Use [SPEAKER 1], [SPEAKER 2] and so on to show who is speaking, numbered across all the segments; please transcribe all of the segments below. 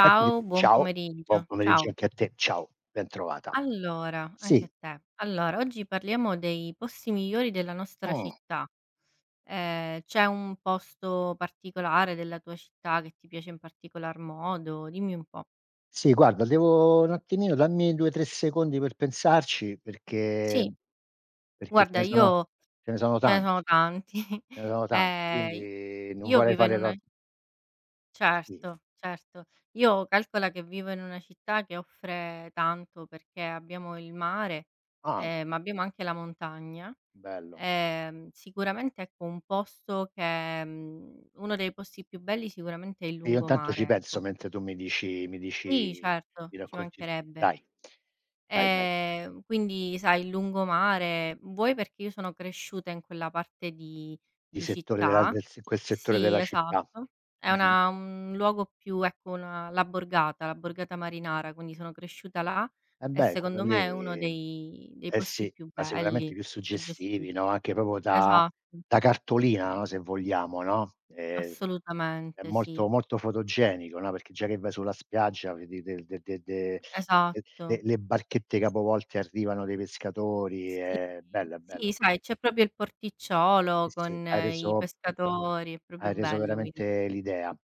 [SPEAKER 1] Eccoci qui,
[SPEAKER 2] buon
[SPEAKER 1] ciao, buon
[SPEAKER 2] pomeriggio.
[SPEAKER 1] pomeriggio
[SPEAKER 2] Ciao.
[SPEAKER 1] anche a te, ciao, bentrovata.
[SPEAKER 2] Allora, anche a
[SPEAKER 1] Sì,
[SPEAKER 2] te. Allora, oggi parliamo dei posti migliori della nostra
[SPEAKER 1] mh,
[SPEAKER 2] città. C'è un posto particolare della tua città che ti piace in particolar modo? Dimmi un po'.
[SPEAKER 1] sì, guarda, devo un attimino, dammi 2, 3 secondi per pensarci, perché
[SPEAKER 2] Sì,
[SPEAKER 1] perché
[SPEAKER 2] guarda io
[SPEAKER 1] ce ne sono
[SPEAKER 2] ce ne sono
[SPEAKER 1] tanti,
[SPEAKER 2] tanti.
[SPEAKER 1] ce ne sono tanti,
[SPEAKER 2] Ehm,
[SPEAKER 1] quindi non
[SPEAKER 2] io
[SPEAKER 1] vorrei
[SPEAKER 2] vivo in
[SPEAKER 1] fare
[SPEAKER 2] una,
[SPEAKER 1] tro sì.
[SPEAKER 2] certo, certo. Io calcola che vivo in una città che offre tanto perché abbiamo il mare,
[SPEAKER 1] Ah,
[SPEAKER 2] ma abbiamo anche la montagna.
[SPEAKER 1] bello.
[SPEAKER 2] Sicuramente ecco un posto che uno dei posti più belli sicuramente è il
[SPEAKER 1] E io intanto
[SPEAKER 2] lungomare,
[SPEAKER 1] ci penso
[SPEAKER 2] ecco.
[SPEAKER 1] mentre tu mi
[SPEAKER 2] Sì,
[SPEAKER 1] dici,
[SPEAKER 2] certo,
[SPEAKER 1] mi
[SPEAKER 2] ci
[SPEAKER 1] racconti il tu
[SPEAKER 2] mancherebbe.
[SPEAKER 1] Dai, dai, dai,
[SPEAKER 2] Quindi sai il lungomare vuoi perché io sono cresciuta in quella parte di
[SPEAKER 1] di settore della
[SPEAKER 2] città,
[SPEAKER 1] del s quel settore
[SPEAKER 2] sì,
[SPEAKER 1] della città.
[SPEAKER 2] esatto. È
[SPEAKER 1] Mh-mh.
[SPEAKER 2] una un luogo più ecco una la borgata marinara, quindi sono cresciuta là
[SPEAKER 1] Eh
[SPEAKER 2] e
[SPEAKER 1] beh, quello
[SPEAKER 2] secondo me è uno
[SPEAKER 1] lì,
[SPEAKER 2] dei
[SPEAKER 1] eh
[SPEAKER 2] posti
[SPEAKER 1] sì,
[SPEAKER 2] più
[SPEAKER 1] ma
[SPEAKER 2] belli,
[SPEAKER 1] sicuramente più suggestivi,
[SPEAKER 2] suggestivi.
[SPEAKER 1] no, anche proprio da
[SPEAKER 2] Esatto.
[SPEAKER 1] cartolina, no, se vogliamo, no, è
[SPEAKER 2] Assolutamente sì,
[SPEAKER 1] molto molto fotogenico, no, perché già che vai sulla spiaggia vedi de de de de e
[SPEAKER 2] esatto.
[SPEAKER 1] le barchette capovolte, arrivano dei pescatori,
[SPEAKER 2] Sì,
[SPEAKER 1] è bello, è
[SPEAKER 2] sì,
[SPEAKER 1] bello.
[SPEAKER 2] sai c'è proprio il porticciolo
[SPEAKER 1] Sì, sì,
[SPEAKER 2] con i pescatori, è proprio
[SPEAKER 1] hai reso
[SPEAKER 2] bello quindi.
[SPEAKER 1] veramente l'idea.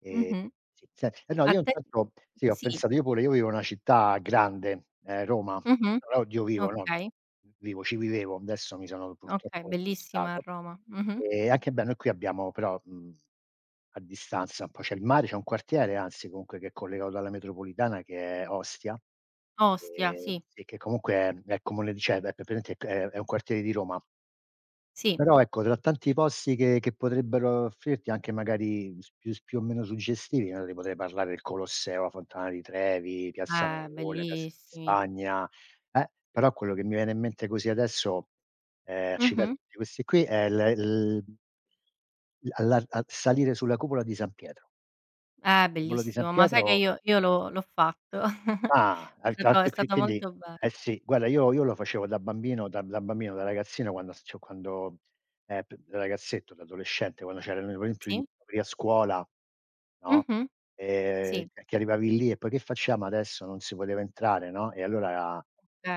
[SPEAKER 1] Ehm,
[SPEAKER 2] Mh-mh.
[SPEAKER 1] sì, senti, eh, no,
[SPEAKER 2] A
[SPEAKER 1] io
[SPEAKER 2] te
[SPEAKER 1] intanto sì, ho
[SPEAKER 2] sì,
[SPEAKER 1] pensato io pure, io vivo in una città grande, Roma.
[SPEAKER 2] mh-mh,
[SPEAKER 1] No, oddio vivo, no,
[SPEAKER 2] okay,
[SPEAKER 1] vivo, ci vivevo, adesso mi sono
[SPEAKER 2] okay,
[SPEAKER 1] purtroppo
[SPEAKER 2] bellissima a
[SPEAKER 1] spostato.
[SPEAKER 2] Roma. Mh-mh.
[SPEAKER 1] E anche, beh, noi qui abbiamo però, a distanza un po' c'è il mare, c'è un quartiere anzi comunque che è collegato dalla metropolitana che è Ostia,
[SPEAKER 2] Ostia, sì,
[SPEAKER 1] sì che comunque è comune di, cioè, è p praticamente è un quartiere di Roma.
[SPEAKER 2] sì.
[SPEAKER 1] Però ecco, tra tanti posti che potrebbero offrirti anche magari s più o meno suggestivi, no, ti potrei parlare del Colosseo, la Fontana di Trevi, Piazza Navona, Piazza di
[SPEAKER 2] Bellissimi.
[SPEAKER 1] Spagna, però quello che mi viene in mente così adesso, a citare
[SPEAKER 2] Mh-mh.
[SPEAKER 1] tutti questi qui, è l l l alla a salire sulla cupola di San Pietro. La cupola di San
[SPEAKER 2] Bellissimo, ma sai che
[SPEAKER 1] Pietro.
[SPEAKER 2] io l'ho fatto.
[SPEAKER 1] Ah, al
[SPEAKER 2] È
[SPEAKER 1] al
[SPEAKER 2] stato è
[SPEAKER 1] qui qui
[SPEAKER 2] stato
[SPEAKER 1] quindi
[SPEAKER 2] molto bello.
[SPEAKER 1] eh sì, guarda, io lo facevo da bambino, da bambino, da ragazzino, quando s cioè quando, p da ragazzetto, da adolescente, quando c'erano per esempio gli
[SPEAKER 2] Sì.
[SPEAKER 1] incontri a scuola, no,
[SPEAKER 2] Mh-mh. Sì,
[SPEAKER 1] che arrivavi lì e poi: "Che facciamo adesso? Non si poteva entrare", no, e allora,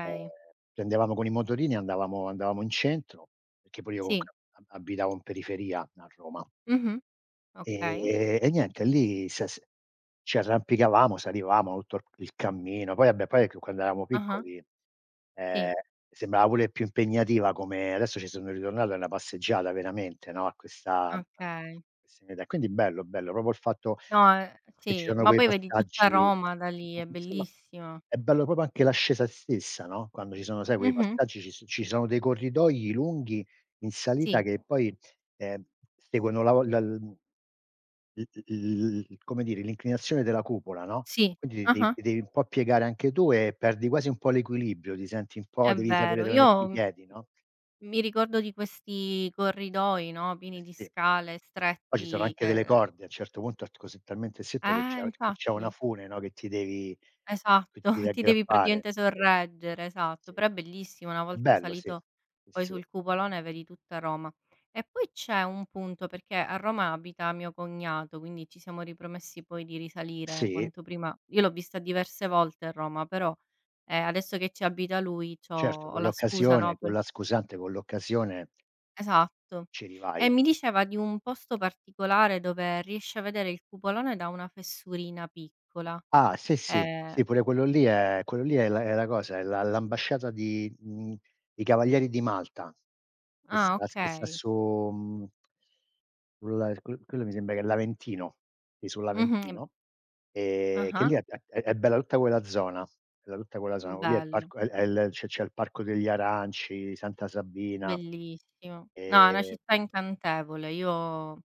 [SPEAKER 1] ehm, prendevamo con i motorini, e andavamo in centro, perché pure io
[SPEAKER 2] Sì.
[SPEAKER 1] comunque ab abitavo in periferia a Roma.
[SPEAKER 2] Mh-mh. Okay.
[SPEAKER 1] E, niente, lì s s ci arrampicavamo, salivamo tutto il cammino, poi vabbè, poi quando eravamo
[SPEAKER 2] Ah-ah,
[SPEAKER 1] piccoli,
[SPEAKER 2] sì,
[SPEAKER 1] ehm, sembrava pure più impegnativa, come adesso ci sono ritornato, è una passeggiata veramente, no, a
[SPEAKER 2] okay.
[SPEAKER 1] questa mia età. Quindi bello, bello proprio il fatto
[SPEAKER 2] No,
[SPEAKER 1] che ci
[SPEAKER 2] sì,
[SPEAKER 1] sono
[SPEAKER 2] ma
[SPEAKER 1] quei
[SPEAKER 2] poi vedi tutta
[SPEAKER 1] passaggi,
[SPEAKER 2] Roma da lì, è
[SPEAKER 1] sì, ma
[SPEAKER 2] bellissimo.
[SPEAKER 1] è bello proprio anche l'ascesa stessa, no, quando ci sono, sai, quei
[SPEAKER 2] Mh-mh,
[SPEAKER 1] passaggi, ci sono dei corridoi lunghi in salita
[SPEAKER 2] sì,
[SPEAKER 1] che poi, ehm, seguono la vo la l i i i il come dire, l'inclinazione della cupola, no,
[SPEAKER 2] sì,
[SPEAKER 1] quindi
[SPEAKER 2] ah-ah,
[SPEAKER 1] ti devi un po' piegare anche tu e perdi quasi un po' l'equilibrio, ti senti un po',
[SPEAKER 2] è
[SPEAKER 1] devi sapere
[SPEAKER 2] vero.
[SPEAKER 1] dove metti
[SPEAKER 2] Io,
[SPEAKER 1] i piedi, no,
[SPEAKER 2] mi ricordo di questi corridoi, no,
[SPEAKER 1] eh
[SPEAKER 2] pieni di
[SPEAKER 1] sì.
[SPEAKER 2] scale
[SPEAKER 1] Poi ci sono
[SPEAKER 2] stretti
[SPEAKER 1] anche delle
[SPEAKER 2] che
[SPEAKER 1] corde, a un certo punto ert così talmente stretto che c'è
[SPEAKER 2] infatti.
[SPEAKER 1] una fune, no, che
[SPEAKER 2] Esatto,
[SPEAKER 1] ti devi
[SPEAKER 2] ti devi
[SPEAKER 1] aggrappare,
[SPEAKER 2] praticamente
[SPEAKER 1] sì.
[SPEAKER 2] sorreggere, esatto,
[SPEAKER 1] Sì,
[SPEAKER 2] però è bellissimo una
[SPEAKER 1] è
[SPEAKER 2] volta
[SPEAKER 1] bello, sì.
[SPEAKER 2] salito
[SPEAKER 1] Sì,
[SPEAKER 2] poi
[SPEAKER 1] sì.
[SPEAKER 2] sul cupolone vedi tutta Roma. E poi c'è un punto, perché a Roma abita mio cognato, quindi ci siamo ripromessi poi di risalire
[SPEAKER 1] Sì,
[SPEAKER 2] quanto prima io l'ho vista diverse volte a Roma, però, adesso che ci abita lui c'ho
[SPEAKER 1] certo,
[SPEAKER 2] ho
[SPEAKER 1] con
[SPEAKER 2] la scusa, no,
[SPEAKER 1] l'occasione, con
[SPEAKER 2] per
[SPEAKER 1] la scusante, con l'occasione,
[SPEAKER 2] esatto.
[SPEAKER 1] ci rivai.
[SPEAKER 2] E mi diceva di un posto particolare dove riesce a vedere il cupolone da una fessurina piccola.
[SPEAKER 1] Ah, sì, sì,
[SPEAKER 2] Ehm
[SPEAKER 1] sì, pure quello lì è la cosa, è la l'ambasciata di, i Cavalieri di Malta,
[SPEAKER 2] ah,
[SPEAKER 1] che sta
[SPEAKER 2] okay.
[SPEAKER 1] su, mhmm quello là, quello mi sembra che è l'Aventino, sì,
[SPEAKER 2] Mh-mh.
[SPEAKER 1] sull'Aventino, che
[SPEAKER 2] Ah-ah.
[SPEAKER 1] lì è bella tutta quella zona, bella tutta quella zona. Lì è il
[SPEAKER 2] Bello,
[SPEAKER 1] parco è il c'è c'è il Parco degli Aranci, Santa Sabina,
[SPEAKER 2] bellissimo. No, è una
[SPEAKER 1] ehm
[SPEAKER 2] città incantevole. Io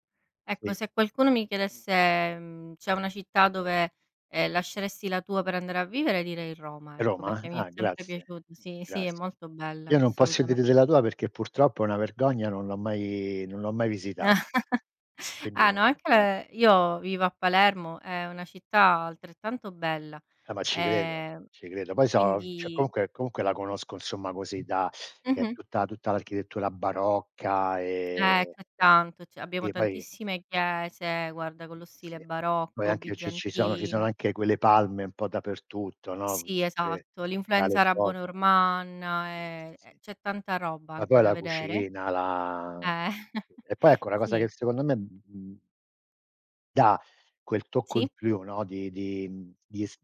[SPEAKER 2] ecco,
[SPEAKER 1] sì.
[SPEAKER 2] se qualcuno mi chiedesse, c'è una città dove, lasceresti la tua per andare a vivere, direi Roma, ecco, perché
[SPEAKER 1] Roma?
[SPEAKER 2] mi è
[SPEAKER 1] Ah,
[SPEAKER 2] sempre
[SPEAKER 1] grazie,
[SPEAKER 2] piaciuto sì, sì, è
[SPEAKER 1] grazie.
[SPEAKER 2] molto bella,
[SPEAKER 1] Io non posso
[SPEAKER 2] assolutamen
[SPEAKER 1] dire della tua perché purtroppo è una vergogna, non l'ho mai visitato. E quindi
[SPEAKER 2] Ah,
[SPEAKER 1] non,
[SPEAKER 2] no, anche
[SPEAKER 1] eh,
[SPEAKER 2] le io vivo a Palermo, è una città altrettanto bella,
[SPEAKER 1] ma ci credo,
[SPEAKER 2] ehm,
[SPEAKER 1] ci credo. Poi so, cioè,
[SPEAKER 2] quindi
[SPEAKER 1] comunque la conosco insomma così, da, che è
[SPEAKER 2] mh-mh.
[SPEAKER 1] tutta tutta l'architettura barocca,
[SPEAKER 2] C'è tanto, cioè
[SPEAKER 1] e
[SPEAKER 2] abbiamo
[SPEAKER 1] poi
[SPEAKER 2] tantissime chiese, guarda, con lo stile
[SPEAKER 1] sì. Poi
[SPEAKER 2] barocco,
[SPEAKER 1] anche ci
[SPEAKER 2] bizantino.
[SPEAKER 1] sono anche quelle palme un po' dappertutto, no, ho
[SPEAKER 2] Sì,
[SPEAKER 1] visto che
[SPEAKER 2] esatto, l'influenza
[SPEAKER 1] dalle foto. Eh
[SPEAKER 2] arabo-normanna,
[SPEAKER 1] sì, sì, sì.
[SPEAKER 2] c'è tanta roba
[SPEAKER 1] Ma
[SPEAKER 2] anche
[SPEAKER 1] poi
[SPEAKER 2] da
[SPEAKER 1] la
[SPEAKER 2] vedere.
[SPEAKER 1] cucina, la,
[SPEAKER 2] Eh.
[SPEAKER 1] e poi ecco, la cosa
[SPEAKER 2] Sì.
[SPEAKER 1] che secondo me, mhmm dà quel tocco in
[SPEAKER 2] Sì?
[SPEAKER 1] più, no, di mhmm, di es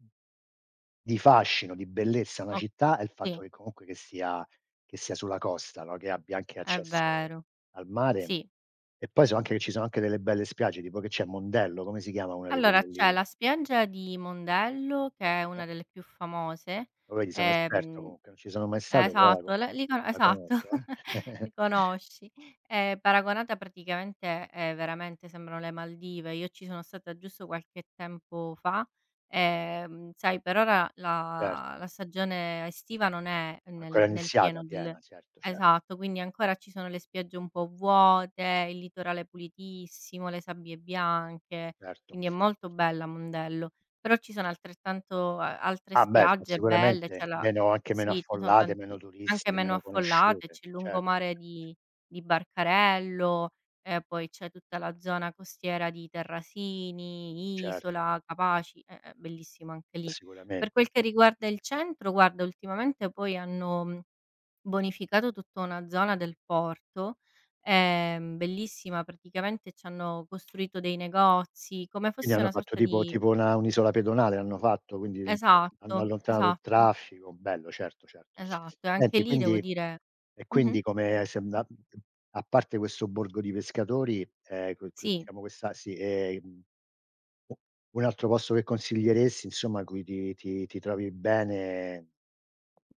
[SPEAKER 1] di fascino, di bellezza a una
[SPEAKER 2] O
[SPEAKER 1] città è il
[SPEAKER 2] sì,
[SPEAKER 1] fatto che comunque che sia sulla costa, no, che abbia anche
[SPEAKER 2] è
[SPEAKER 1] accesso
[SPEAKER 2] vero.
[SPEAKER 1] al mare.
[SPEAKER 2] Sì.
[SPEAKER 1] E poi so anche che ci sono anche delle belle spiagge, tipo che c'è Mondello, come si chiama una di
[SPEAKER 2] Allora
[SPEAKER 1] quelle
[SPEAKER 2] c'è
[SPEAKER 1] lì?
[SPEAKER 2] la spiaggia di Mondello
[SPEAKER 1] Mondello.
[SPEAKER 2] che è una
[SPEAKER 1] No?
[SPEAKER 2] delle più famose,
[SPEAKER 1] Lo vedi, sono esperto
[SPEAKER 2] ehm
[SPEAKER 1] comunque, non ci sono mai stato, però
[SPEAKER 2] Esatto, l li co
[SPEAKER 1] la
[SPEAKER 2] esatto,
[SPEAKER 1] conosco, eh.
[SPEAKER 2] li conosci. Paragonata praticamente, veramente sembrano le Maldive. Io ci sono stata giusto qualche tempo fa, sai per ora la
[SPEAKER 1] Certo,
[SPEAKER 2] la stagione estiva non è
[SPEAKER 1] ancora
[SPEAKER 2] nel pieno
[SPEAKER 1] iniziata
[SPEAKER 2] del
[SPEAKER 1] piena, certo, certo,
[SPEAKER 2] esatto, quindi ancora ci sono le spiagge un po' vuote, il litorale pulitissimo, le sabbie bianche,
[SPEAKER 1] certo.
[SPEAKER 2] quindi è molto bella Mondello. Però ci sono altrettanto a altre
[SPEAKER 1] Ah beh, s
[SPEAKER 2] spiagge belle, c'è
[SPEAKER 1] sicuramente
[SPEAKER 2] la
[SPEAKER 1] meno, anche meno
[SPEAKER 2] sì, ci sono
[SPEAKER 1] affollate,
[SPEAKER 2] tanti
[SPEAKER 1] meno
[SPEAKER 2] anche
[SPEAKER 1] turistiche,
[SPEAKER 2] meno
[SPEAKER 1] meno
[SPEAKER 2] affollate,
[SPEAKER 1] conosciute,
[SPEAKER 2] c'è il
[SPEAKER 1] certo,
[SPEAKER 2] lungomare di Barcarello, poi c'è tutta la zona costiera di Terrasini,
[SPEAKER 1] certo,
[SPEAKER 2] Isola, Capaci, è bellissimo anche lì. Per quel
[SPEAKER 1] sicuramente.
[SPEAKER 2] che riguarda il centro, guarda ultimamente poi hanno, bonificato tutta una zona del porto, bellissima, praticamente c'hanno costruito dei negozi, come
[SPEAKER 1] Quindi
[SPEAKER 2] fosse
[SPEAKER 1] hanno
[SPEAKER 2] una
[SPEAKER 1] fatto
[SPEAKER 2] sorta
[SPEAKER 1] tipo,
[SPEAKER 2] di
[SPEAKER 1] una un'isola pedonale hanno fatto, quindi un po' hanno
[SPEAKER 2] esatto,
[SPEAKER 1] allontanato il
[SPEAKER 2] esatto,
[SPEAKER 1] traffico, bello, certo, certo.
[SPEAKER 2] esatto. E anche
[SPEAKER 1] Senti
[SPEAKER 2] lì devo
[SPEAKER 1] quindi,
[SPEAKER 2] dire
[SPEAKER 1] e
[SPEAKER 2] mh-mh.
[SPEAKER 1] quindi come sei anda a parte questo borgo di pescatori, que,
[SPEAKER 2] Sì,
[SPEAKER 1] diciamo, questa, sì, u un altro posto che consiglieresti, insomma, in cui ti trovi bene?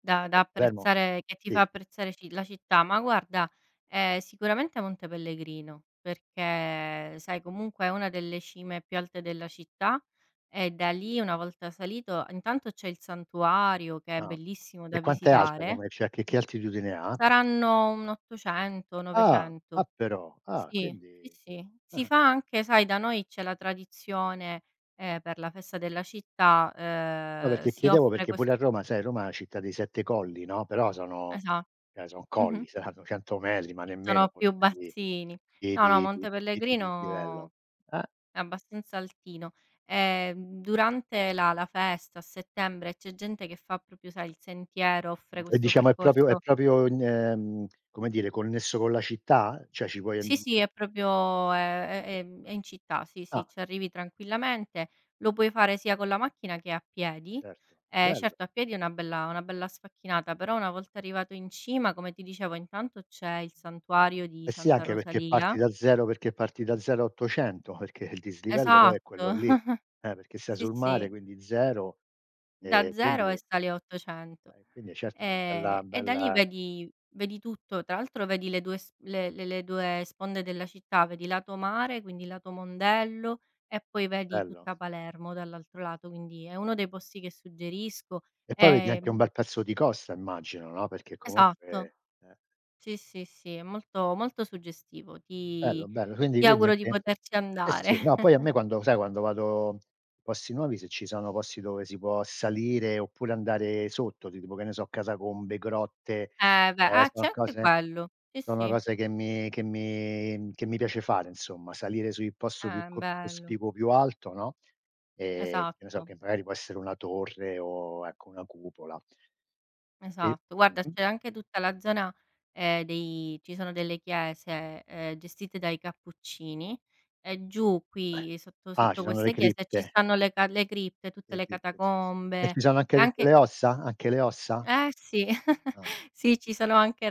[SPEAKER 2] da
[SPEAKER 1] A Palermo?
[SPEAKER 2] apprezzare che ti fa
[SPEAKER 1] Sì.
[SPEAKER 2] apprezzare ci la città. Ma guarda, sicuramente Monte Pellegrino, perché sai comunque è una delle cime più alte della città e da lì una volta salito intanto c'è il santuario che è
[SPEAKER 1] Ah.
[SPEAKER 2] bellissimo da
[SPEAKER 1] E quant'è alta,
[SPEAKER 2] visitare.
[SPEAKER 1] come, cioè che altitudine ha?
[SPEAKER 2] Saranno un 800,
[SPEAKER 1] Ah,
[SPEAKER 2] 900.
[SPEAKER 1] ah però, ah
[SPEAKER 2] Sì, sì,
[SPEAKER 1] quindi,
[SPEAKER 2] sì. Si
[SPEAKER 1] ah-ah.
[SPEAKER 2] fa anche sai da noi c'è la tradizione, per la festa della città,
[SPEAKER 1] No, perché
[SPEAKER 2] si
[SPEAKER 1] chiedevo,
[SPEAKER 2] offre
[SPEAKER 1] perché
[SPEAKER 2] ques
[SPEAKER 1] pure a Roma, sai, Roma è una città dei 7 colli, no, però sono,
[SPEAKER 2] esa
[SPEAKER 1] cioè son
[SPEAKER 2] mh-mh.
[SPEAKER 1] colli, saranno 100 metri, ma nemmeno
[SPEAKER 2] Sono più
[SPEAKER 1] forse di
[SPEAKER 2] bassini. No, no, Monte Pellegrino
[SPEAKER 1] livello. Ah,
[SPEAKER 2] è abbastanza altino. Durante la festa a settembre c'è gente che fa proprio, sai, il sentiero, offre
[SPEAKER 1] e,
[SPEAKER 2] questo
[SPEAKER 1] diciamo, è proprio,
[SPEAKER 2] percorso
[SPEAKER 1] in, come dire, connesso con la città? Cioè ci puoi an
[SPEAKER 2] sì, sì, è proprio è in città, sì, sì,
[SPEAKER 1] ah,
[SPEAKER 2] ci arrivi tranquillamente. Lo puoi fare sia con la macchina che a piedi.
[SPEAKER 1] certo, bello.
[SPEAKER 2] Certo a piedi è una bella sfacchinata, però una volta arrivato in cima, come ti dicevo, intanto c'è il santuario di
[SPEAKER 1] Eh sì,
[SPEAKER 2] Santa
[SPEAKER 1] anche perché
[SPEAKER 2] Rosalia
[SPEAKER 1] parti da 0, perché parti da 0 a 800, perché il dislivello poi è quello
[SPEAKER 2] esatto,
[SPEAKER 1] lì, perché sei
[SPEAKER 2] sì,
[SPEAKER 1] sul mare,
[SPEAKER 2] sì.
[SPEAKER 1] quindi 0,
[SPEAKER 2] Da
[SPEAKER 1] ehm,
[SPEAKER 2] 0 e
[SPEAKER 1] quindi
[SPEAKER 2] sali a 800.
[SPEAKER 1] quindi certo, è certo una bella
[SPEAKER 2] E da lì
[SPEAKER 1] bella
[SPEAKER 2] vedi tutto, tra l'altro vedi le 2 s le 2 sponde della città, vedi lato mare, quindi lato Mondello, e poi vedi
[SPEAKER 1] bello.
[SPEAKER 2] tutta Palermo dall'altro lato, quindi è uno dei posti che suggerisco.
[SPEAKER 1] E poi vedi anche un
[SPEAKER 2] Ehm
[SPEAKER 1] bel pezzo di costa, immagino, no, perché
[SPEAKER 2] esatto.
[SPEAKER 1] comunque,
[SPEAKER 2] Sì, sì, sì, è molto molto suggestivo. Ti
[SPEAKER 1] bello, bello. Quindi,
[SPEAKER 2] auguro di
[SPEAKER 1] anche,
[SPEAKER 2] poterci
[SPEAKER 1] eh
[SPEAKER 2] andare.
[SPEAKER 1] sì, no, poi a me, quando, sai, quando vado in posti nuovi, se ci sono posti dove si può salire oppure andare sotto, ti tipo, che ne so, catacombe, grotte,
[SPEAKER 2] Eh beh,
[SPEAKER 1] ehm,
[SPEAKER 2] ah c'è
[SPEAKER 1] sono
[SPEAKER 2] anche
[SPEAKER 1] cose
[SPEAKER 2] quello. Sì,
[SPEAKER 1] sono
[SPEAKER 2] sì.
[SPEAKER 1] cose che mi che mi piace fare, insomma, salire sul posto più co
[SPEAKER 2] Bello.
[SPEAKER 1] cospicuo, più alto, no, che ne so,
[SPEAKER 2] Esatto.
[SPEAKER 1] che magari può essere una torre o, ecco, una cupola. Sì.
[SPEAKER 2] Esatto. Guarda,
[SPEAKER 1] Mh.
[SPEAKER 2] c'è anche tutta la zona, dei ci sono delle chiese, gestite dai cappuccini e giù qui sotto
[SPEAKER 1] Ah, ci
[SPEAKER 2] sotto
[SPEAKER 1] sono
[SPEAKER 2] queste chiese ci stanno le ca le cripte, tutte
[SPEAKER 1] le
[SPEAKER 2] le
[SPEAKER 1] cripte, sì, sì.
[SPEAKER 2] catacombe
[SPEAKER 1] E
[SPEAKER 2] e
[SPEAKER 1] ci sono anche tutte
[SPEAKER 2] anche
[SPEAKER 1] le ossa? Anche le ossa?
[SPEAKER 2] eh sì,
[SPEAKER 1] Ah.
[SPEAKER 2] sì, ci sono anche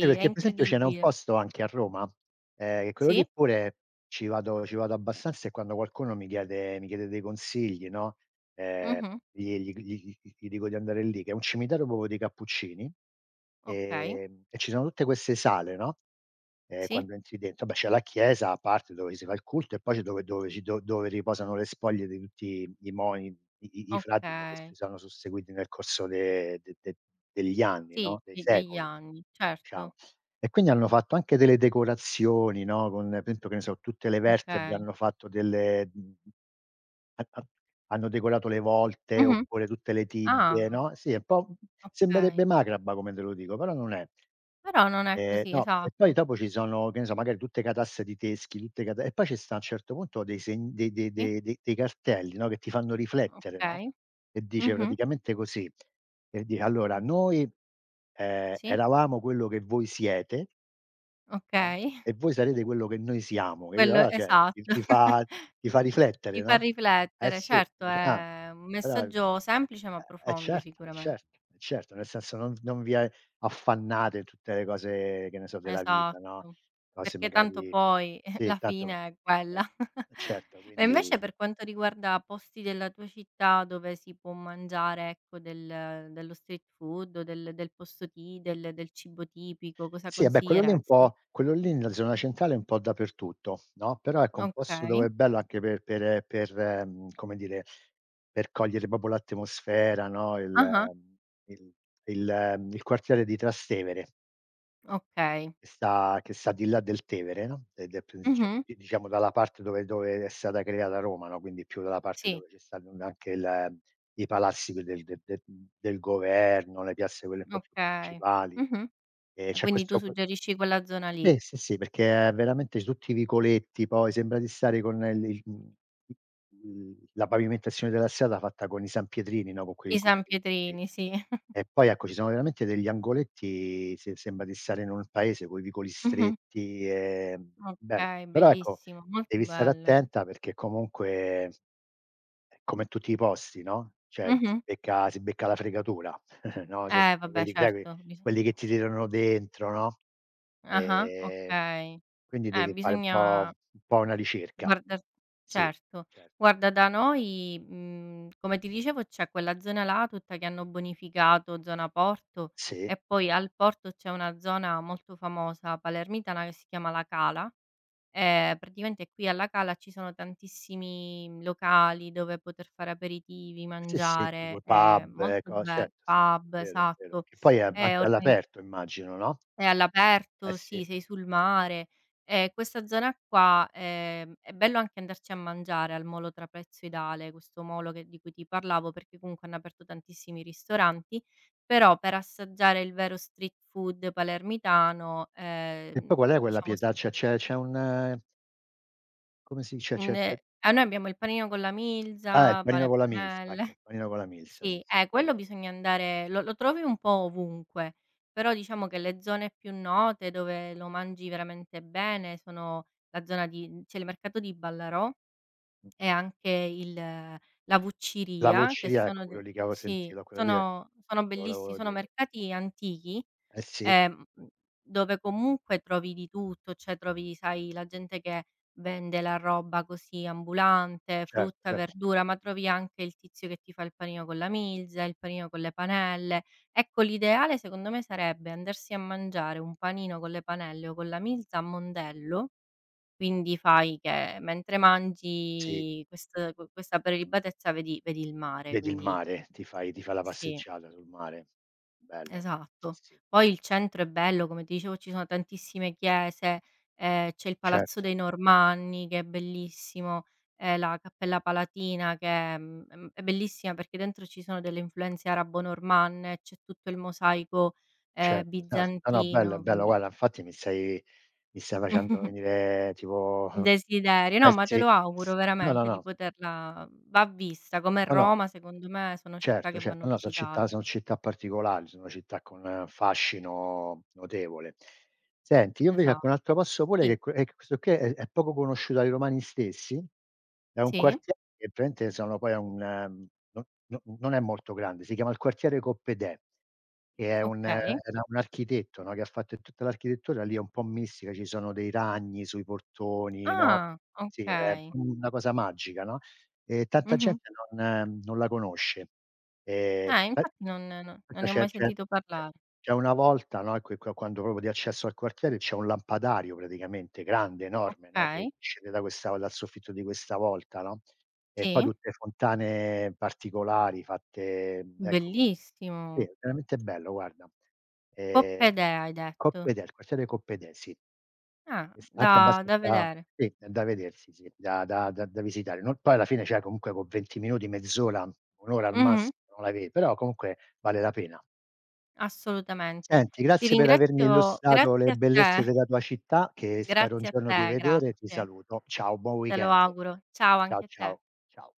[SPEAKER 2] è
[SPEAKER 1] Perché per esempio ce n'è un
[SPEAKER 2] incredibile.
[SPEAKER 1] posto anche a Roma, che quello lì
[SPEAKER 2] Sì,
[SPEAKER 1] pure ci vado abbastanza, e quando qualcuno mi chiede dei consigli, no, Ehm,
[SPEAKER 2] mh-mh,
[SPEAKER 1] gli dico di andare lì, che è un cimitero proprio dei cappuccini,
[SPEAKER 2] okay,
[SPEAKER 1] e ci sono tutte queste sale, no,
[SPEAKER 2] sì,
[SPEAKER 1] quando entri dentro, vabbè, c'è la chiesa a parte dove si fa il culto, e poi c'è dove dove ci do dove riposano le spoglie di tutti i moni i i i frati, no, che
[SPEAKER 2] okay.
[SPEAKER 1] si sono susseguiti nel corso de de de degli anni,
[SPEAKER 2] Sì,
[SPEAKER 1] no, dei
[SPEAKER 2] de degli
[SPEAKER 1] secoli,
[SPEAKER 2] anni, certo,
[SPEAKER 1] diciamo. E quindi hanno fatto anche delle decorazioni, no, con per esempio, che ne so, tutte le vertebre
[SPEAKER 2] okay.
[SPEAKER 1] hanno fatto delle mhmm, a a hanno decorato le volte,
[SPEAKER 2] Mh-mh.
[SPEAKER 1] oppure tutte le
[SPEAKER 2] Ah,
[SPEAKER 1] tibbie, no, sì, è un po',
[SPEAKER 2] okay.
[SPEAKER 1] sembrerebbe macabra come te lo dico, però non è.
[SPEAKER 2] Però non è così
[SPEAKER 1] No, e poi
[SPEAKER 2] esatto,
[SPEAKER 1] dopo ci sono, che ne so, magari tutte catasse di teschi, tutte cata e poi ci sta a un certo punto dei segn dei dei
[SPEAKER 2] sì.
[SPEAKER 1] dei dei dei cartelli, no, che ti fanno riflettere, no,
[SPEAKER 2] Okay.
[SPEAKER 1] e dice
[SPEAKER 2] Mh-mh.
[SPEAKER 1] praticamente così, e di allora: "Noi,
[SPEAKER 2] Sì,
[SPEAKER 1] eravamo quello che voi siete", no,
[SPEAKER 2] okay.
[SPEAKER 1] e voi sarete quello che noi siamo, capito?
[SPEAKER 2] Quello
[SPEAKER 1] Allora, cioè,
[SPEAKER 2] esatto.
[SPEAKER 1] ti fa
[SPEAKER 2] Ti
[SPEAKER 1] riflettere,
[SPEAKER 2] fa
[SPEAKER 1] no? Eh
[SPEAKER 2] riflettere.
[SPEAKER 1] sì,
[SPEAKER 2] Certo,
[SPEAKER 1] dici: "Ah,
[SPEAKER 2] è un
[SPEAKER 1] allora",
[SPEAKER 2] messaggio semplice ma
[SPEAKER 1] eh
[SPEAKER 2] profondo
[SPEAKER 1] certo, eh
[SPEAKER 2] sicuramen
[SPEAKER 1] certo, eh certo, nel senso, non vi a affannate in tutte le cose, che ne so, della vita, no,
[SPEAKER 2] Esatto,
[SPEAKER 1] cose
[SPEAKER 2] perché tanto
[SPEAKER 1] magari
[SPEAKER 2] poi,
[SPEAKER 1] sì,
[SPEAKER 2] la
[SPEAKER 1] tanto,
[SPEAKER 2] fine è
[SPEAKER 1] eh,
[SPEAKER 2] quella.
[SPEAKER 1] eh certo,
[SPEAKER 2] E
[SPEAKER 1] quindi.
[SPEAKER 2] invece per quanto riguarda posti della tua città dove si può mangiare, ecco, del dello street food o del posto ti del cibo tipico, cosa
[SPEAKER 1] Sì, eh beh, quello lì è un
[SPEAKER 2] consiglieresti?
[SPEAKER 1] po', quello lì nella zona centrale è un po' dappertutto, no, però ecco un posto
[SPEAKER 2] Okay.
[SPEAKER 1] dove è bello anche come dire, per cogliere proprio l'atmosfera, no, il
[SPEAKER 2] Ah-ah.
[SPEAKER 1] il il quartiere di Trastevere,
[SPEAKER 2] Okay.
[SPEAKER 1] che sta di là del Tevere, no, ed è più, cioè,
[SPEAKER 2] Mh-mh.
[SPEAKER 1] di diciamo dalla parte dove, è stata creata Roma, no, quindi più dalla parte
[SPEAKER 2] Sì.
[SPEAKER 1] dove c'è stato anche il, i palazzi que del del del del governo, le piazze quelle un po' più
[SPEAKER 2] Okay.
[SPEAKER 1] principali.
[SPEAKER 2] Mh-mh.
[SPEAKER 1] E
[SPEAKER 2] E
[SPEAKER 1] c'è
[SPEAKER 2] quindi tu
[SPEAKER 1] questo,
[SPEAKER 2] suggerisci quella zona lì.
[SPEAKER 1] sì, sì, sì, perché è veramente tutti i vicoletti, poi sembra di stare con il mhmm, il la pavimentazione della strada fatta con i sanpietrini, no, con
[SPEAKER 2] I
[SPEAKER 1] quei,
[SPEAKER 2] San
[SPEAKER 1] sì.
[SPEAKER 2] Pietrini, sì.
[SPEAKER 1] E poi ecco, ci sono veramente degli angoletti, se sembra di stare in un paese coi vicoli
[SPEAKER 2] Mh-mh.
[SPEAKER 1] stretti, bello.
[SPEAKER 2] Okay,
[SPEAKER 1] Però ecco,
[SPEAKER 2] bellissimo, molto
[SPEAKER 1] devi stare
[SPEAKER 2] bello.
[SPEAKER 1] attenta perché comunque è come in tutti i posti, no, cioè
[SPEAKER 2] Mh-mh.
[SPEAKER 1] si becca la fregatura, no, cioè
[SPEAKER 2] Vabbè
[SPEAKER 1] quelli, sai,
[SPEAKER 2] certo, bis
[SPEAKER 1] quelli che ti tirano dentro, no,
[SPEAKER 2] ah-ah,
[SPEAKER 1] ehm,
[SPEAKER 2] okay.
[SPEAKER 1] quindi devi fare
[SPEAKER 2] Bisogna
[SPEAKER 1] un po' una ricerca.
[SPEAKER 2] guardar
[SPEAKER 1] Sì,
[SPEAKER 2] certo.
[SPEAKER 1] certo.
[SPEAKER 2] Guarda da noi, come ti dicevo c'è quella zona là tutta che hanno bonificato, zona porto,
[SPEAKER 1] Sì,
[SPEAKER 2] e poi al porto c'è una zona molto famosa palermitana che si chiama La Cala praticamente qui alla Cala ci sono tantissimi locali dove poter fare aperitivi,
[SPEAKER 1] sì, sì,
[SPEAKER 2] mangiare,
[SPEAKER 1] tipo
[SPEAKER 2] è
[SPEAKER 1] pub,
[SPEAKER 2] molto
[SPEAKER 1] co
[SPEAKER 2] be
[SPEAKER 1] certo, sì, è
[SPEAKER 2] pub,
[SPEAKER 1] vero, è vero.
[SPEAKER 2] esatto.
[SPEAKER 1] Che poi è
[SPEAKER 2] È
[SPEAKER 1] anche
[SPEAKER 2] organi
[SPEAKER 1] all'aperto immagino, no?
[SPEAKER 2] è
[SPEAKER 1] Eh
[SPEAKER 2] all'aperto,
[SPEAKER 1] sì,
[SPEAKER 2] sì, sei sul mare. E
[SPEAKER 1] sì.
[SPEAKER 2] questa zona qua, è bello anche andarci a mangiare al molo trapezoidale, questo molo che di cui ti parlavo, perché comunque hanno aperto tantissimi ristoranti, però per assaggiare il vero street food palermitano,
[SPEAKER 1] E poi qual è quella
[SPEAKER 2] diciamo s
[SPEAKER 1] pietà, c'è un, come si
[SPEAKER 2] Mhmm,
[SPEAKER 1] c'è,
[SPEAKER 2] ehm, a noi abbiamo il panino con la
[SPEAKER 1] ah, il
[SPEAKER 2] milza, pane
[SPEAKER 1] panino
[SPEAKER 2] e
[SPEAKER 1] con la milza, ecco,
[SPEAKER 2] panelle.
[SPEAKER 1] il panino con la milza, sì,
[SPEAKER 2] Sì,
[SPEAKER 1] sì, quello
[SPEAKER 2] quello
[SPEAKER 1] lì l'avevo
[SPEAKER 2] bisogna
[SPEAKER 1] sentito.
[SPEAKER 2] andare lo trovi un po' ovunque, però diciamo che le zone più note dove lo mangi veramente bene sono la zona di c'è il mercato di Ballarò e
[SPEAKER 1] Mh-mh.
[SPEAKER 2] anche il la
[SPEAKER 1] La
[SPEAKER 2] Vucciria che
[SPEAKER 1] Vociria, ecco,
[SPEAKER 2] sono
[SPEAKER 1] quello
[SPEAKER 2] de
[SPEAKER 1] lì che avevo
[SPEAKER 2] sì,
[SPEAKER 1] sentito, quello lì, ecco,
[SPEAKER 2] sono
[SPEAKER 1] te lo
[SPEAKER 2] bellissi
[SPEAKER 1] volevo
[SPEAKER 2] sono
[SPEAKER 1] dire.
[SPEAKER 2] mercati antichi
[SPEAKER 1] Eh sì.
[SPEAKER 2] ehm, mhmm, dove comunque trovi di tutto, cioè trovi, sai, la gente che vende la roba così ambulante,
[SPEAKER 1] Certo,
[SPEAKER 2] frutta,
[SPEAKER 1] cer
[SPEAKER 2] verdura, ma trovi anche il tizio che ti fa il panino con la milza, il panino con le panelle. Ecco, l'ideale secondo me sarebbe andarsi a mangiare un panino con le panelle o con la milza a Mondello, quindi
[SPEAKER 1] ah,
[SPEAKER 2] fai che mentre
[SPEAKER 1] sì,
[SPEAKER 2] mangi quest questa prelibatezza vedi il mare,
[SPEAKER 1] vedi il
[SPEAKER 2] quindi
[SPEAKER 1] mare, ti fai la
[SPEAKER 2] sì.
[SPEAKER 1] passeggiata sul mare. Bello. Sì,
[SPEAKER 2] Esatto.
[SPEAKER 1] sì.
[SPEAKER 2] Poi il centro è bello, come ti dicevo ci sono tantissime chiese, c'è il Palazzo
[SPEAKER 1] Certo,
[SPEAKER 2] dei Normanni che è bellissimo, la Cappella Palatina che è è bellissima perché dentro ci sono delle influenze arabo-normanne, c'è tutto il mosaico,
[SPEAKER 1] certo. No, s no, no, bello,
[SPEAKER 2] bizantino,
[SPEAKER 1] bello.
[SPEAKER 2] quindi
[SPEAKER 1] Guarda, infatti mi stai, facendo venire tipo,
[SPEAKER 2] un desiderio. No,
[SPEAKER 1] eh
[SPEAKER 2] ma te
[SPEAKER 1] sì,
[SPEAKER 2] lo auguro
[SPEAKER 1] sì. No, no,
[SPEAKER 2] veramente di
[SPEAKER 1] no,
[SPEAKER 2] poterla va vista, come
[SPEAKER 1] no, no.
[SPEAKER 2] Roma secondo me sono città
[SPEAKER 1] Certo,
[SPEAKER 2] che
[SPEAKER 1] certo.
[SPEAKER 2] vanno
[SPEAKER 1] No, no,
[SPEAKER 2] visitate.
[SPEAKER 1] son città particolari, sono città con un fascino notevole. Senti, io invece,
[SPEAKER 2] Esa
[SPEAKER 1] ecco, un altro posto pure
[SPEAKER 2] sì,
[SPEAKER 1] che, que ecco, questo qui è poco conosciuto dai romani stessi, è un
[SPEAKER 2] sì,
[SPEAKER 1] quartiere che praticamente sono poi a un no, no, non è molto grande, si chiama il quartiere Coppedè, che è un,
[SPEAKER 2] okay.
[SPEAKER 1] era un architetto, no, che ha fatto, e tutta l'architettura lì è un po' mistica, ci sono dei ragni sui portoni, no,
[SPEAKER 2] Ah,
[SPEAKER 1] sì, è
[SPEAKER 2] okay.
[SPEAKER 1] una cosa magica, no? Tanta
[SPEAKER 2] Mh-mh.
[SPEAKER 1] gente non, la conosce. Pe
[SPEAKER 2] Infatti non no non
[SPEAKER 1] pensa
[SPEAKER 2] ne ho mai sentito
[SPEAKER 1] c'è
[SPEAKER 2] parlare.
[SPEAKER 1] c'è una volta, no, que qua, quando proprio di accesso al quartiere, c'è un lampadario praticamente grande, enorme, no, che
[SPEAKER 2] Okay,
[SPEAKER 1] scende da questa, dal soffitto di questa volta, no? E poi
[SPEAKER 2] sì,
[SPEAKER 1] tutte fontane particolari fatte, ecco, sì,
[SPEAKER 2] bellissimo.
[SPEAKER 1] è veramente bello, guarda. Ehm,
[SPEAKER 2] Poppedea hai detto.
[SPEAKER 1] Coppedel, il quartiere Coppedel, sì.
[SPEAKER 2] Ah,
[SPEAKER 1] E sta anche
[SPEAKER 2] da
[SPEAKER 1] abbastanza,
[SPEAKER 2] vedere.
[SPEAKER 1] sì, è da vedersi, sì, da visitare. Non poi alla fine, cioè comunque con 20 minuti, mezz'ora, 1 ora al
[SPEAKER 2] Mh-mh,
[SPEAKER 1] massimo non la vedi, però comunque vale la pena.
[SPEAKER 2] assolutamente.
[SPEAKER 1] Senti,
[SPEAKER 2] Ti
[SPEAKER 1] grazie per avermi
[SPEAKER 2] ringrazio
[SPEAKER 1] illustrato le
[SPEAKER 2] grazie a
[SPEAKER 1] bellezze
[SPEAKER 2] te,
[SPEAKER 1] della tua città, che spero un
[SPEAKER 2] grazie a
[SPEAKER 1] giorno di
[SPEAKER 2] te,
[SPEAKER 1] vedere. Ti
[SPEAKER 2] grazie.
[SPEAKER 1] saluto. Ciao, buon
[SPEAKER 2] Te lo
[SPEAKER 1] weekend.
[SPEAKER 2] auguro. Ciao
[SPEAKER 1] Ciao,
[SPEAKER 2] anche a te.
[SPEAKER 1] ciao, ciao.